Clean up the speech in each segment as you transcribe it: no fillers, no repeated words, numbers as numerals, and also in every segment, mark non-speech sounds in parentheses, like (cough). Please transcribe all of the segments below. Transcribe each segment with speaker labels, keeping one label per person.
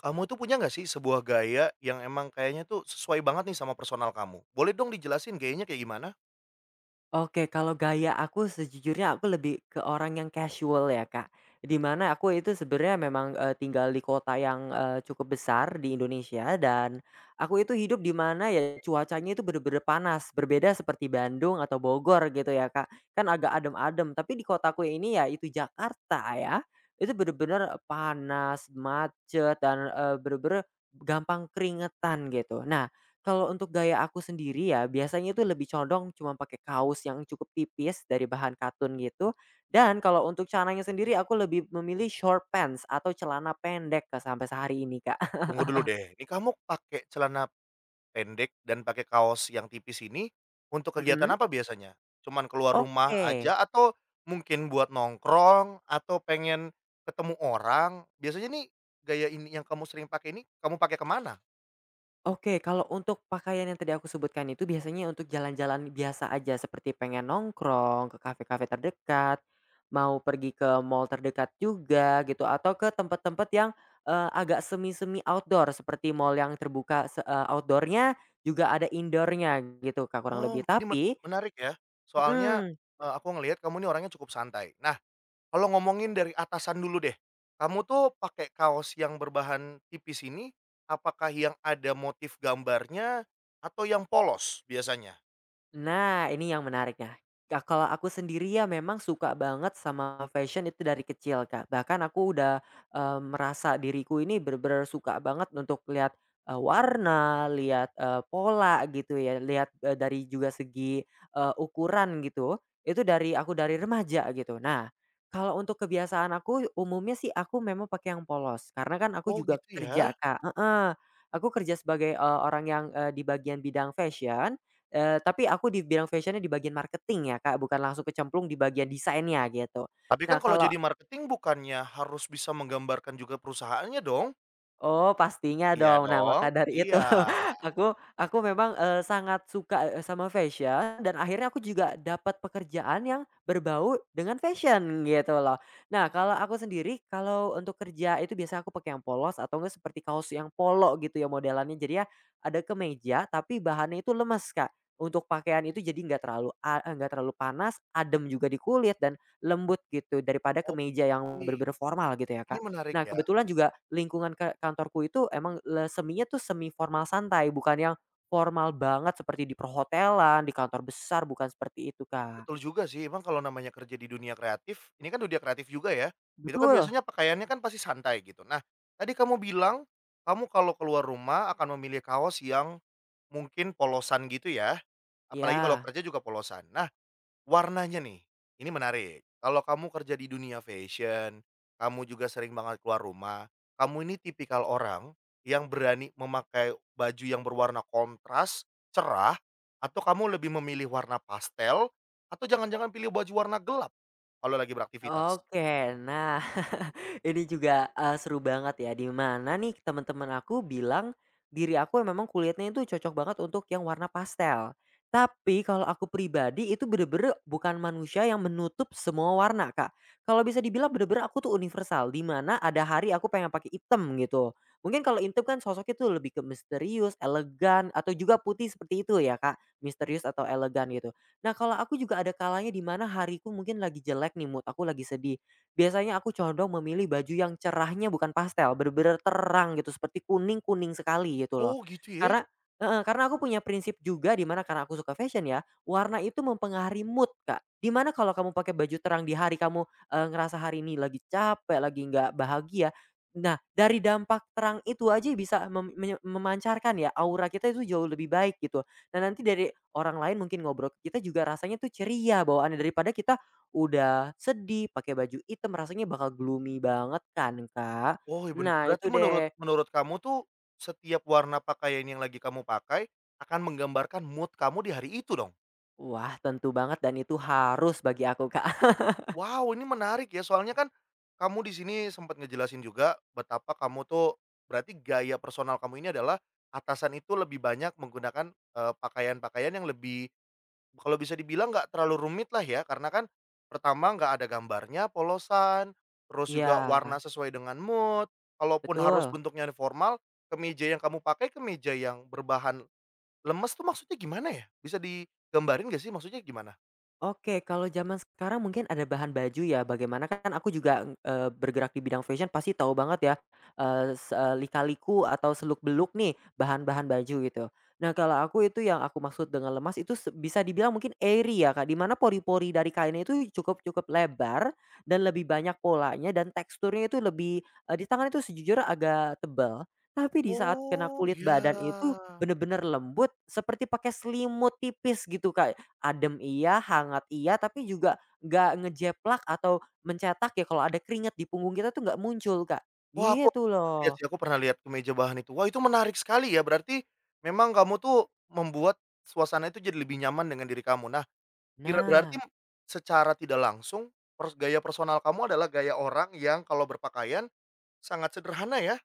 Speaker 1: Kamu tuh punya nggak sih sebuah gaya yang emang kayaknya tuh sesuai banget nih sama personal kamu? Boleh dong dijelasin gayanya kayak gimana?
Speaker 2: Oke, kalau gaya aku sejujurnya aku lebih ke orang yang casual ya, Kak. Dimana aku itu sebenarnya memang tinggal di kota yang cukup besar di Indonesia dan aku itu hidup di mana ya cuacanya itu bener-bener panas, berbeda seperti Bandung atau Bogor gitu ya, Kak. Kan agak adem-adem, tapi di kotaku ini ya itu Jakarta ya, itu bener-bener panas, macet, dan bener-bener gampang keringetan gitu. Nah, kalau untuk gaya aku sendiri ya, biasanya itu lebih condong cuma pakai kaos yang cukup tipis dari bahan katun gitu. Dan kalau untuk celananya sendiri aku lebih memilih short pants atau celana pendek, Kak, sampai sehari ini, Kak. (laughs)
Speaker 1: Tunggu dulu deh, ini kamu pakai celana pendek dan pakai kaos yang tipis ini untuk kegiatan
Speaker 2: Mhm.
Speaker 1: apa biasanya? Cuman keluar rumah
Speaker 2: Oke.
Speaker 1: aja atau mungkin buat nongkrong atau pengen ketemu orang? Biasanya nih gaya ini yang kamu sering pakai ini kamu pakai kemana?
Speaker 2: Oke, kalau untuk pakaian yang tadi aku sebutkan itu biasanya untuk jalan-jalan biasa aja seperti pengen nongkrong ke kafe-kafe terdekat, mau pergi ke mall terdekat juga gitu atau ke tempat-tempat yang agak semi-semi outdoor seperti mall yang terbuka outdoor juga ada indoor gitu Kak kurang lebih.
Speaker 1: Oh, ini
Speaker 2: Tapi
Speaker 1: menarik ya. Soalnya,
Speaker 2: mhm.
Speaker 1: aku ngelihat kamu nih orangnya cukup santai. Nah, kalau ngomongin dari atasan dulu deh, kamu tuh pakai kaos yang berbahan tipis ini, apakah yang ada motif gambarnya atau yang polos biasanya?
Speaker 2: Nah, ini yang menariknya. Kalau aku sendiri ya memang suka banget sama fashion itu dari kecil, Kak. Bahkan aku udah merasa diriku ini bener-bener suka banget untuk lihat warna, lihat pola gitu ya, lihat dari juga segi ukuran gitu, itu dari aku dari remaja gitu. Nah, kalau untuk kebiasaan aku umumnya sih aku memang pakai yang polos, karena kan aku
Speaker 1: Oh
Speaker 2: juga
Speaker 1: gitu
Speaker 2: kerja,
Speaker 1: ya.
Speaker 2: Kak, heeh. Aku kerja sebagai orang yang di bagian bidang fashion. Tapi aku di bidang fashionnya di bagian marketing ya Kak, bukan langsung kecemplung di bagian desainnya gitu.
Speaker 1: Tapi kan
Speaker 2: Nah
Speaker 1: kalau
Speaker 2: kalau.
Speaker 1: jadi marketing bukannya harus bisa menggambarkan juga perusahaannya dong?
Speaker 2: Oh, pastinya
Speaker 1: Iya
Speaker 2: dong. Nah,
Speaker 1: dong?
Speaker 2: maka dari itu
Speaker 1: Iya.
Speaker 2: (laughs) aku memang sangat suka sama fashion dan akhirnya aku juga dapat pekerjaan yang berbau dengan fashion gitu loh. Nah, kalau aku sendiri kalau untuk kerja itu biasanya aku pakai yang polos atau enggak seperti kaos yang polo gitu ya modelannya. Jadinya ada kemeja tapi bahannya itu lemes, Kak. Untuk pakaian itu jadi nggak terlalu panas, adem juga di kulit dan lembut gitu daripada kemeja yang
Speaker 1: Oke,
Speaker 2: bener-bener formal gitu ya,
Speaker 1: ini
Speaker 2: Kak.
Speaker 1: menarik
Speaker 2: Nah,
Speaker 1: ya.
Speaker 2: kebetulan juga lingkungan ke kantorku itu emang seminya tuh semi formal santai, bukan yang formal banget seperti di perhotelan, di kantor besar, bukan seperti itu,
Speaker 1: Betul
Speaker 2: Kak.
Speaker 1: juga sih, emang kalau namanya kerja di dunia kreatif, ini kan dunia kreatif juga ya, itu kan
Speaker 2: Betul,
Speaker 1: biasanya pakaiannya kan pasti santai gitu. Nah, tadi kamu bilang, kamu kalau keluar rumah akan memilih kaos yang mungkin polosan gitu ya, apalagi kalau
Speaker 2: ya,
Speaker 1: kerja juga polosan. Nah, warnanya nih, ini menarik. Kalau kamu kerja di dunia fashion, kamu juga sering banget keluar rumah, kamu ini tipikal orang yang berani memakai baju yang berwarna kontras, cerah, atau kamu lebih memilih warna pastel, atau jangan-jangan pilih baju warna gelap kalau lagi beraktivitas?
Speaker 2: oke. Nah, ini juga seru banget ya, di mana nih teman-teman aku bilang, diri aku yang memang kulitnya itu cocok banget untuk yang warna pastel. Tapi kalau aku pribadi itu bener-bener bukan manusia yang menutup semua warna, Kak. Kalau bisa dibilang bener-bener aku tuh universal, di mana ada hari aku pengen pakai hitam gitu. Mungkin kalau hitam kan sosoknya tuh lebih ke misterius, elegan, atau juga putih seperti itu ya, Kak, misterius atau elegan gitu. Nah, kalau aku juga ada kalanya di mana hariku mungkin lagi jelek nih mood aku lagi sedih. Biasanya aku condong memilih baju yang cerahnya bukan pastel, bener-bener terang gitu, seperti kuning-kuning sekali gitu loh.
Speaker 1: Oh gitu ya?
Speaker 2: Karena heeh, karena aku punya prinsip juga di mana karena aku suka fashion ya, warna itu mempengaruhi mood, Kak. Di mana kalau kamu pakai baju terang di hari kamu ngerasa hari ini lagi capek, lagi nggak bahagia. Nah, dari dampak terang itu aja bisa memancarkan ya, aura kita itu jauh lebih baik gitu. Nah, nanti dari orang lain mungkin ngobrol ke kita juga rasanya tuh ceria bawaannya daripada kita udah sedih, pakai baju hitam rasanya bakal gloomy banget kan, Kak.
Speaker 1: Oh iya,
Speaker 2: Nah,
Speaker 1: berarti
Speaker 2: itu
Speaker 1: menurut
Speaker 2: deh.
Speaker 1: menurut kamu tuh, setiap warna pakaian yang lagi kamu pakai, akan menggambarkan mood kamu di hari itu dong?
Speaker 2: Wah, tentu banget dan itu harus bagi aku, Kak. (laughs)
Speaker 1: Wow, ini menarik ya, soalnya kan kamu di sini sempat ngejelasin juga betapa kamu tuh berarti gaya personal kamu ini adalah atasan itu lebih banyak menggunakan, pakaian-pakaian yang lebih, kalau bisa dibilang, nggak terlalu rumit lah ya, karena kan pertama nggak ada gambarnya polosan, terus juga
Speaker 2: Iya,
Speaker 1: warna sesuai dengan mood, kalaupun harus
Speaker 2: betul.
Speaker 1: bentuknya formal, kemeja yang kamu pakai kemeja yang berbahan lemes tuh maksudnya gimana ya? Bisa digambarin gak sih maksudnya gimana?
Speaker 2: Oke, kalau zaman sekarang mungkin ada bahan baju ya, bagaimana kan aku juga bergerak di bidang fashion pasti tahu banget ya lika-liku atau seluk-beluk nih bahan-bahan baju gitu. Nah, kalau aku itu yang aku maksud dengan lemas itu bisa dibilang mungkin airy ya, Kak, di mana pori-pori dari kainnya itu cukup cukup lebar dan lebih banyak polanya dan teksturnya itu lebih di tangan itu sejujurnya agak tebal, tapi di saat kena
Speaker 1: Oh,
Speaker 2: kulit
Speaker 1: ya.
Speaker 2: badan itu bener-bener lembut seperti pakai selimut tipis gitu, Kak. Adem iya, hangat iya, tapi juga nggak ngejeplak atau mencetak ya kalau ada keringat di punggung kita tuh nggak muncul, Kak.
Speaker 1: Wah, aku
Speaker 2: Gitu
Speaker 1: pernah lihat
Speaker 2: loh.
Speaker 1: sih, aku pernah lihat kemeja bahan itu. Wah, itu menarik sekali ya, berarti memang kamu tuh membuat suasana itu jadi lebih nyaman dengan diri kamu. Nah, kira berarti
Speaker 2: Nah,
Speaker 1: secara tidak langsung gaya personal kamu adalah gaya orang yang kalau berpakaian sangat sederhana ya,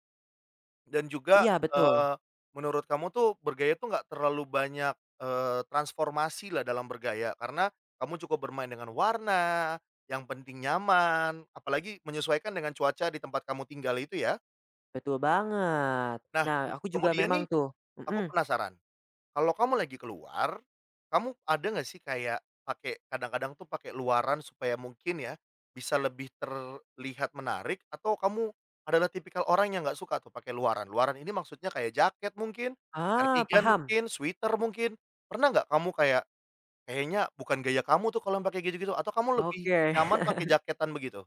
Speaker 1: dan juga,
Speaker 2: iya, betul,
Speaker 1: menurut kamu tuh bergaya tuh nggak terlalu banyak, transformasi lah dalam bergaya, karena kamu cukup bermain dengan warna, yang penting nyaman, apalagi menyesuaikan dengan cuaca di tempat kamu tinggal itu ya?
Speaker 2: betul banget.
Speaker 1: Nah,
Speaker 2: Nah aku juga
Speaker 1: kemudian nih
Speaker 2: memang tuh,
Speaker 1: aku
Speaker 2: mhm.
Speaker 1: penasaran, kalau kamu lagi keluar, kamu ada nggak sih kayak pakai, kadang-kadang tuh pakai luaran supaya mungkin ya, bisa lebih terlihat menarik, atau kamu adalah tipikal orang yang nggak suka tuh pakai luaran? Luaran ini maksudnya kayak jaket mungkin,
Speaker 2: Ah,
Speaker 1: kardigan
Speaker 2: paham?
Speaker 1: mungkin, sweater mungkin, pernah nggak kamu kayak, "Kayaknya bukan gaya kamu tuh kalau yang pakai gitu-gitu," atau kamu lebih
Speaker 2: Oke.
Speaker 1: nyaman pakai jaketan begitu?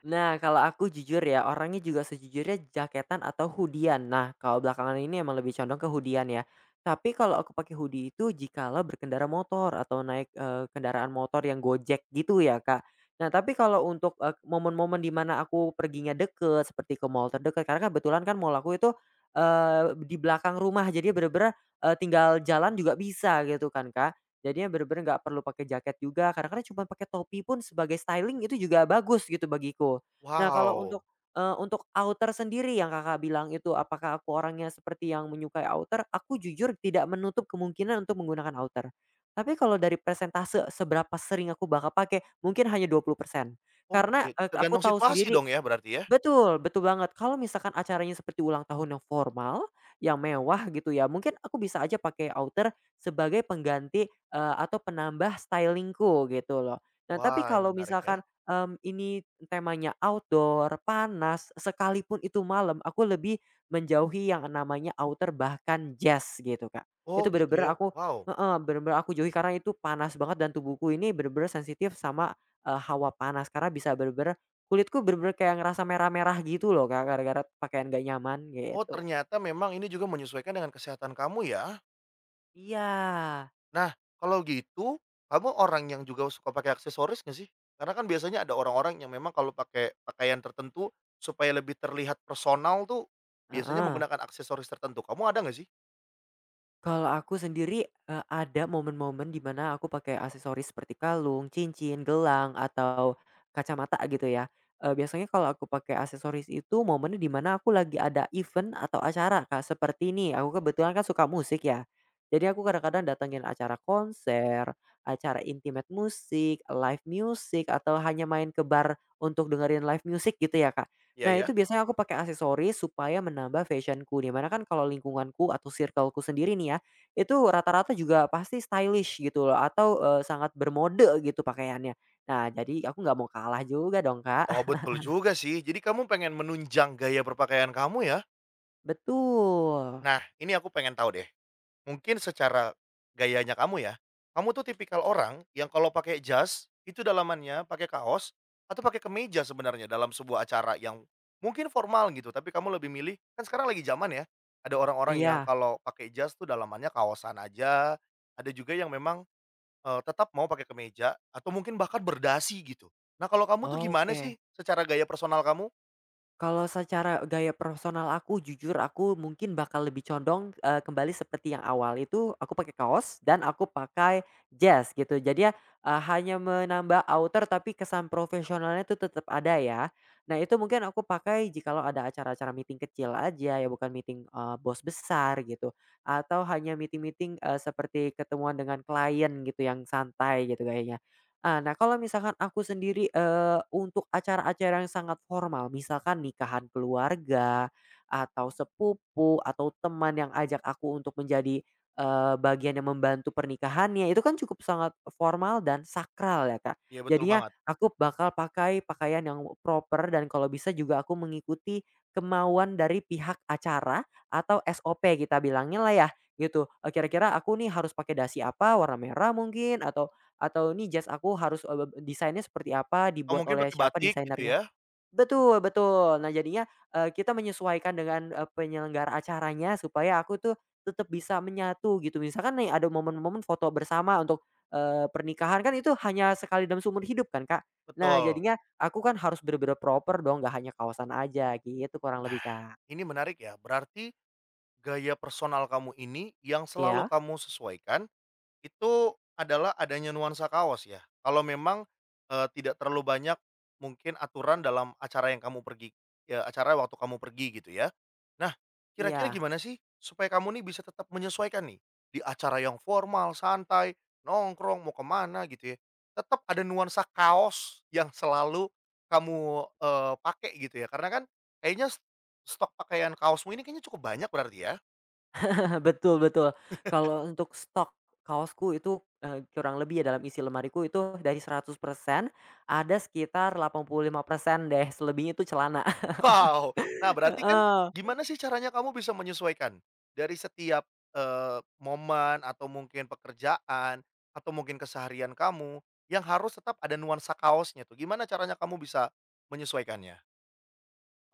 Speaker 2: Nah, kalau aku jujur ya, orangnya juga sejujurnya jaketan atau hoodie. Nah, kalau belakangan ini emang lebih condong ke hoodie ya. Tapi kalau aku pakai hoodie itu jikalau berkendara motor atau naik kendaraan motor yang Gojek gitu ya, Kak. Nah, tapi kalau untuk momen-momen di mana aku perginya deket, seperti ke mall terdekat, karena kebetulan kan mall aku itu di belakang rumah, jadi bener-bener tinggal jalan juga bisa gitu kan, Kak. Jadinya bener-bener nggak perlu pakai jaket juga, kadang-kadang cuma pakai topi pun sebagai styling itu juga bagus gitu bagiku. Nah kalau
Speaker 1: Wow,
Speaker 2: untuk outer sendiri yang Kakak bilang itu apakah aku orangnya seperti yang menyukai outer, aku jujur tidak menutup kemungkinan untuk menggunakan outer. Tapi kalau dari persentase seberapa sering aku bakal pakai, mungkin hanya 20%.
Speaker 1: oh gitu,
Speaker 2: Karena
Speaker 1: ya,
Speaker 2: aku
Speaker 1: tergantung
Speaker 2: tahu
Speaker 1: situasi
Speaker 2: sendiri.
Speaker 1: dong ya berarti ya?
Speaker 2: Betul, betul banget. Kalau misalkan acaranya seperti ulang tahun yang formal, yang mewah gitu ya, mungkin aku bisa aja pakai outer sebagai pengganti atau penambah stylingku gitu loh. Nah, tapi
Speaker 1: Wah, ini
Speaker 2: kalau
Speaker 1: menarik ya.
Speaker 2: misalkan ini temanya outdoor, panas, sekalipun itu malam, aku lebih menjauhi yang namanya outer bahkan jas gitu, Kak.
Speaker 1: Oh
Speaker 2: Itu
Speaker 1: gitu ya,
Speaker 2: bener-bener aku
Speaker 1: wow.
Speaker 2: heeh, bener-bener aku jauhi karena itu panas banget dan tubuhku ini bener-bener sensitif sama hawa panas karena bisa bener-bener. Kulitku bener-bener kayak ngerasa merah-merah gitu loh Kak, gara-gara pakaian gak nyaman,
Speaker 1: Oh
Speaker 2: gitu.
Speaker 1: ternyata memang ini juga menyesuaikan dengan kesehatan kamu ya.
Speaker 2: Iya,
Speaker 1: Nah kalau gitu, kamu orang yang juga suka pakai aksesoris nggak sih? Karena kan biasanya ada orang-orang yang memang kalau pakai pakaian tertentu supaya lebih terlihat personal tuh biasanya
Speaker 2: heeh.
Speaker 1: menggunakan aksesoris tertentu. Kamu ada nggak sih?
Speaker 2: Kalau aku sendiri ada momen-momen di mana aku pakai aksesoris seperti kalung, cincin, gelang, atau kacamata gitu ya. Biasanya kalau aku pakai aksesoris itu momennya di mana aku lagi ada event atau acara Kak, seperti ini, aku kebetulan kan suka musik ya. Jadi aku kadang-kadang datengin acara konser, acara intimate musik, live music, atau hanya main ke bar untuk dengerin live music gitu ya Kak.
Speaker 1: Iya
Speaker 2: Nah, itu
Speaker 1: ya.
Speaker 2: biasanya aku pakai aksesoris supaya menambah fashionku dimana kan kalau lingkunganku atau circleku sendiri nih ya, itu rata-rata juga pasti stylish gitu loh atau sangat bermode gitu pakaiannya. Nah, jadi aku nggak mau kalah juga dong, Kak.
Speaker 1: Oh
Speaker 2: (laughs)
Speaker 1: betul juga sih. Jadi kamu pengen menunjang gaya berpakaian kamu ya.
Speaker 2: Betul.
Speaker 1: Nah ini aku pengen tahu deh. Mungkin secara gayanya kamu ya, kamu tuh tipikal orang yang kalau pakai jas, itu dalamannya pakai kaos atau pakai kemeja sebenarnya dalam sebuah acara yang mungkin formal gitu, tapi kamu lebih milih, kan sekarang lagi zaman ya, ada orang-orang yang
Speaker 2: Iya,
Speaker 1: kalau pakai jas tuh dalamannya kaosan aja, ada juga yang memang, tetap mau pakai kemeja atau mungkin bahkan berdasi gitu. Nah, kalau kamu tuh gimana sih
Speaker 2: oke.
Speaker 1: secara gaya personal kamu?
Speaker 2: Kalau secara gaya personal aku, jujur aku mungkin bakal lebih condong kembali seperti yang awal itu aku pakai kaos dan aku pakai jas gitu. Jadi ya hanya menambah outer tapi kesan profesionalnya itu tetap ada ya. Nah itu mungkin aku pakai jikalau ada acara-acara meeting kecil aja ya bukan meeting bos besar gitu atau hanya meeting-meeting seperti ketemuan dengan klien gitu yang santai gitu gayanya. Ah, nah kalau misalkan aku sendiri untuk acara-acara yang sangat formal misalkan nikahan keluarga, atau sepupu, atau teman yang ajak aku untuk menjadi bagian yang membantu pernikahannya itu kan cukup sangat formal dan sakral ya Kak.
Speaker 1: Iya betul
Speaker 2: Jadinya
Speaker 1: banget.
Speaker 2: aku bakal pakai pakaian yang proper dan kalau bisa juga aku mengikuti kemauan dari pihak acara atau SOP kita bilangnya lah ya gitu kira-kira aku nih harus pakai dasi apa warna merah mungkin atau ini jas aku harus desainnya seperti apa,
Speaker 1: Kamu
Speaker 2: dibuat
Speaker 1: mungkin
Speaker 2: oleh
Speaker 1: pakai
Speaker 2: siapa
Speaker 1: batik gitu
Speaker 2: desainernya.
Speaker 1: ya?
Speaker 2: Betul, betul. Nah jadinya kita menyesuaikan dengan penyelenggara acaranya supaya aku tuh tetap bisa menyatu gitu. Misalkan nih ada momen-momen foto bersama untuk pernikahan kan itu hanya sekali dalam seumur hidup kan, Kak. Nah
Speaker 1: Betul.
Speaker 2: jadinya aku kan harus bener-bener proper dong, nggak hanya kawasan aja gitu kurang lebih, Kak.
Speaker 1: Ini menarik ya, berarti gaya personal kamu ini yang selalu
Speaker 2: Iya.
Speaker 1: kamu sesuaikan itu adalah adanya nuansa kaos ya? Kalau memang, tidak terlalu banyak mungkin aturan dalam acara yang kamu pergi, acara waktu kamu pergi gitu ya. Nah, kira-kira
Speaker 2: Iya.
Speaker 1: gimana sih supaya kamu nih bisa tetap menyesuaikan nih di acara yang formal, santai, nongkrong, mau kemana gitu ya, tetap ada nuansa kaos yang selalu kamu, pakai gitu ya? Karena kan kayaknya stok pakaian kaosmu ini kayaknya cukup banyak berarti ya?
Speaker 2: (laughs) Ah, betul, betul. Kalau untuk stok kaosku itu kurang lebih ya dalam isi lemariku itu dari 100% ada sekitar 85% deh, selebihnya itu celana.
Speaker 1: Wow! Nah,
Speaker 2: (laughs)
Speaker 1: berarti kan
Speaker 2: Heeh.
Speaker 1: gimana sih caranya kamu bisa menyesuaikan dari setiap, momen atau mungkin pekerjaan atau mungkin keseharian kamu yang harus tetap ada nuansa kaosnya tuh, gimana caranya kamu bisa menyesuaikannya?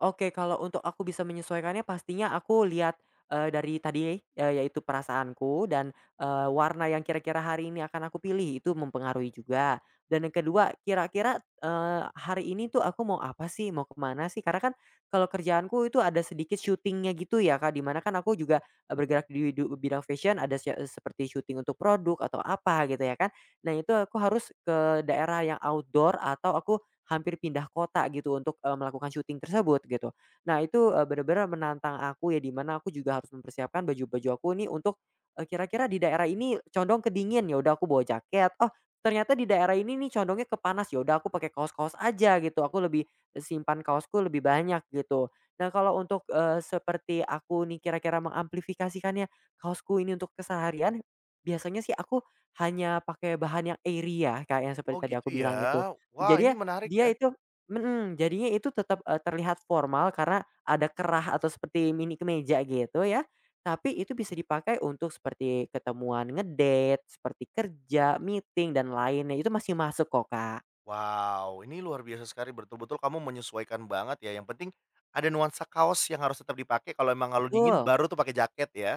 Speaker 2: Oke, kalau untuk aku bisa menyesuaikannya pastinya aku lihat dari tadi yaitu perasaanku dan warna yang kira-kira hari ini akan aku pilih itu mempengaruhi juga. Dan yang kedua kira-kira hari ini tuh aku mau apa sih, mau kemana sih? Karena kan kalau kerjaanku itu ada sedikit syutingnya gitu ya Kak, di mana kan aku juga bergerak di bidang fashion ada seperti syuting untuk produk atau apa gitu ya kan. Nah itu aku harus ke daerah yang outdoor atau aku hampir pindah kota gitu untuk melakukan syuting tersebut gitu. Nah itu bener menantang aku ya di mana aku juga harus mempersiapkan baju-baju aku nih untuk kira-kira di daerah ini condong ke dingin, ya udah aku bawa jaket, oh ternyata di daerah ini nih condongnya ke panas, ya udah aku pakai kaos-kaos aja gitu, aku lebih simpan kaosku lebih banyak gitu. Nah kalau untuk seperti aku nih kira-kira mengamplifikasikannya kaosku ini untuk keseharian, biasanya sih aku hanya pakai bahan yang airy ya, kayak yang seperti
Speaker 1: Oh
Speaker 2: tadi
Speaker 1: gitu
Speaker 2: aku
Speaker 1: ya?
Speaker 2: bilang itu.
Speaker 1: Wah,
Speaker 2: Jadi
Speaker 1: ini
Speaker 2: ya
Speaker 1: menarik
Speaker 2: dia
Speaker 1: ya.
Speaker 2: itu, mhm, jadinya itu tetap terlihat formal karena ada kerah atau seperti mini kemeja gitu ya, tapi itu bisa dipakai untuk seperti ketemuan ngedate, seperti kerja, meeting, dan lainnya, itu masih masuk kok, Kak.
Speaker 1: Wow, ini luar biasa sekali, betul-betul kamu menyesuaikan banget ya, yang penting ada nuansa kaos yang harus tetap dipakai, kalau emang kalau dingin
Speaker 2: Betul.
Speaker 1: baru tuh pakai jaket ya?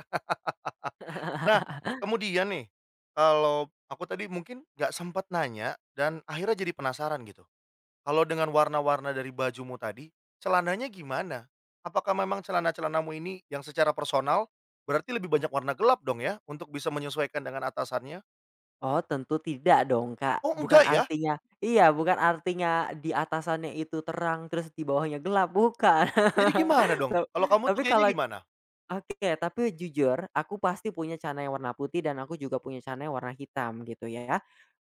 Speaker 1: Nah,
Speaker 2: (laughs)
Speaker 1: kemudian nih, kalau aku tadi mungkin nggak sempat nanya dan akhirnya jadi penasaran gitu. Kalau dengan warna-warna dari bajumu tadi, celananya gimana? Apakah memang celana-celanamu ini yang secara personal, berarti lebih banyak warna gelap dong ya, untuk bisa menyesuaikan dengan atasannya?
Speaker 2: Oh, tentu tidak dong, Kak.
Speaker 1: Oh
Speaker 2: Bukan
Speaker 1: enggak ya?
Speaker 2: artinya, iya, bukan artinya di atasannya itu terang terus di bawahnya gelap, bukan.
Speaker 1: Jadi gimana
Speaker 2: (laughs)
Speaker 1: dong?
Speaker 2: Ta
Speaker 1: Kalau kamu tuh
Speaker 2: tapi
Speaker 1: gayanya
Speaker 2: kalau
Speaker 1: gimana?
Speaker 2: Oke, tapi jujur aku pasti punya celana yang warna putih dan aku juga punya celana yang warna hitam gitu ya,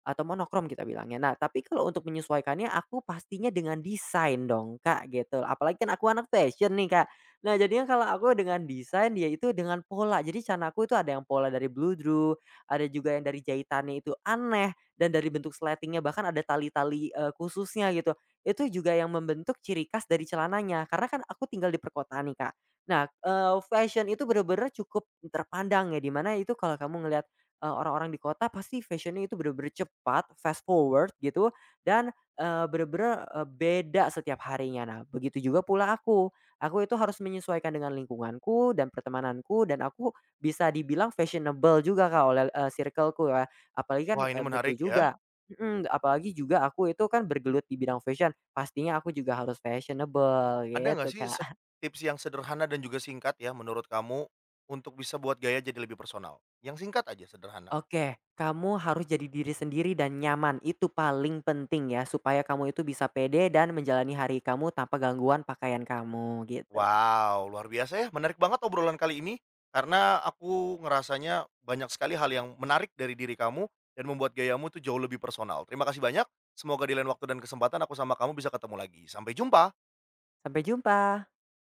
Speaker 2: atau monokrom kita bilangnya. Nah, tapi kalau untuk menyesuaikannya aku pastinya dengan desain dong, Kak, gitu. Apalagi kan aku anak fashion nih, Kak. Nah, jadinya kalau aku dengan desain, dia itu dengan pola. Jadi cana aku itu ada yang pola dari bludru, ada juga yang dari jahitannya itu aneh dan dari bentuk sletingnya bahkan ada tali-tali khususnya gitu. Itu juga yang membentuk ciri khas dari celananya. Karena kan aku tinggal di perkotaan nih, Kak. Nah fashion itu bener-bener cukup terpandang ya, dimana itu kalau kamu ngelihat orang-orang di kota pasti fashion itu bener-bener cepat, fast forward gitu dan bener-bener beda setiap harinya. Nah, begitu juga pula aku. Aku itu harus menyesuaikan dengan lingkunganku dan pertemananku dan aku bisa dibilang fashionable juga Kak, oleh circle ya. Apalagi kan
Speaker 1: Wah ini
Speaker 2: betul
Speaker 1: menarik ya.
Speaker 2: juga, mhm, apalagi juga aku itu kan bergelut di bidang fashion, pastinya aku juga harus fashionable
Speaker 1: Ada nggak
Speaker 2: gitu,
Speaker 1: sih
Speaker 2: Kak.
Speaker 1: tips yang sederhana dan juga singkat ya menurut kamu, untuk bisa buat gaya jadi lebih personal? Yang singkat aja, sederhana.
Speaker 2: Oke, kamu harus jadi diri sendiri dan nyaman. Itu paling penting ya, supaya kamu itu bisa pede dan menjalani hari kamu tanpa gangguan pakaian kamu, gitu.
Speaker 1: Wow, luar biasa ya, menarik banget obrolan kali ini, karena aku ngerasanya banyak sekali hal yang menarik dari diri kamu dan membuat gayamu tuh jauh lebih personal. Terima kasih banyak, semoga di lain waktu dan kesempatan aku sama kamu bisa ketemu lagi. Sampai jumpa.
Speaker 2: Sampai jumpa.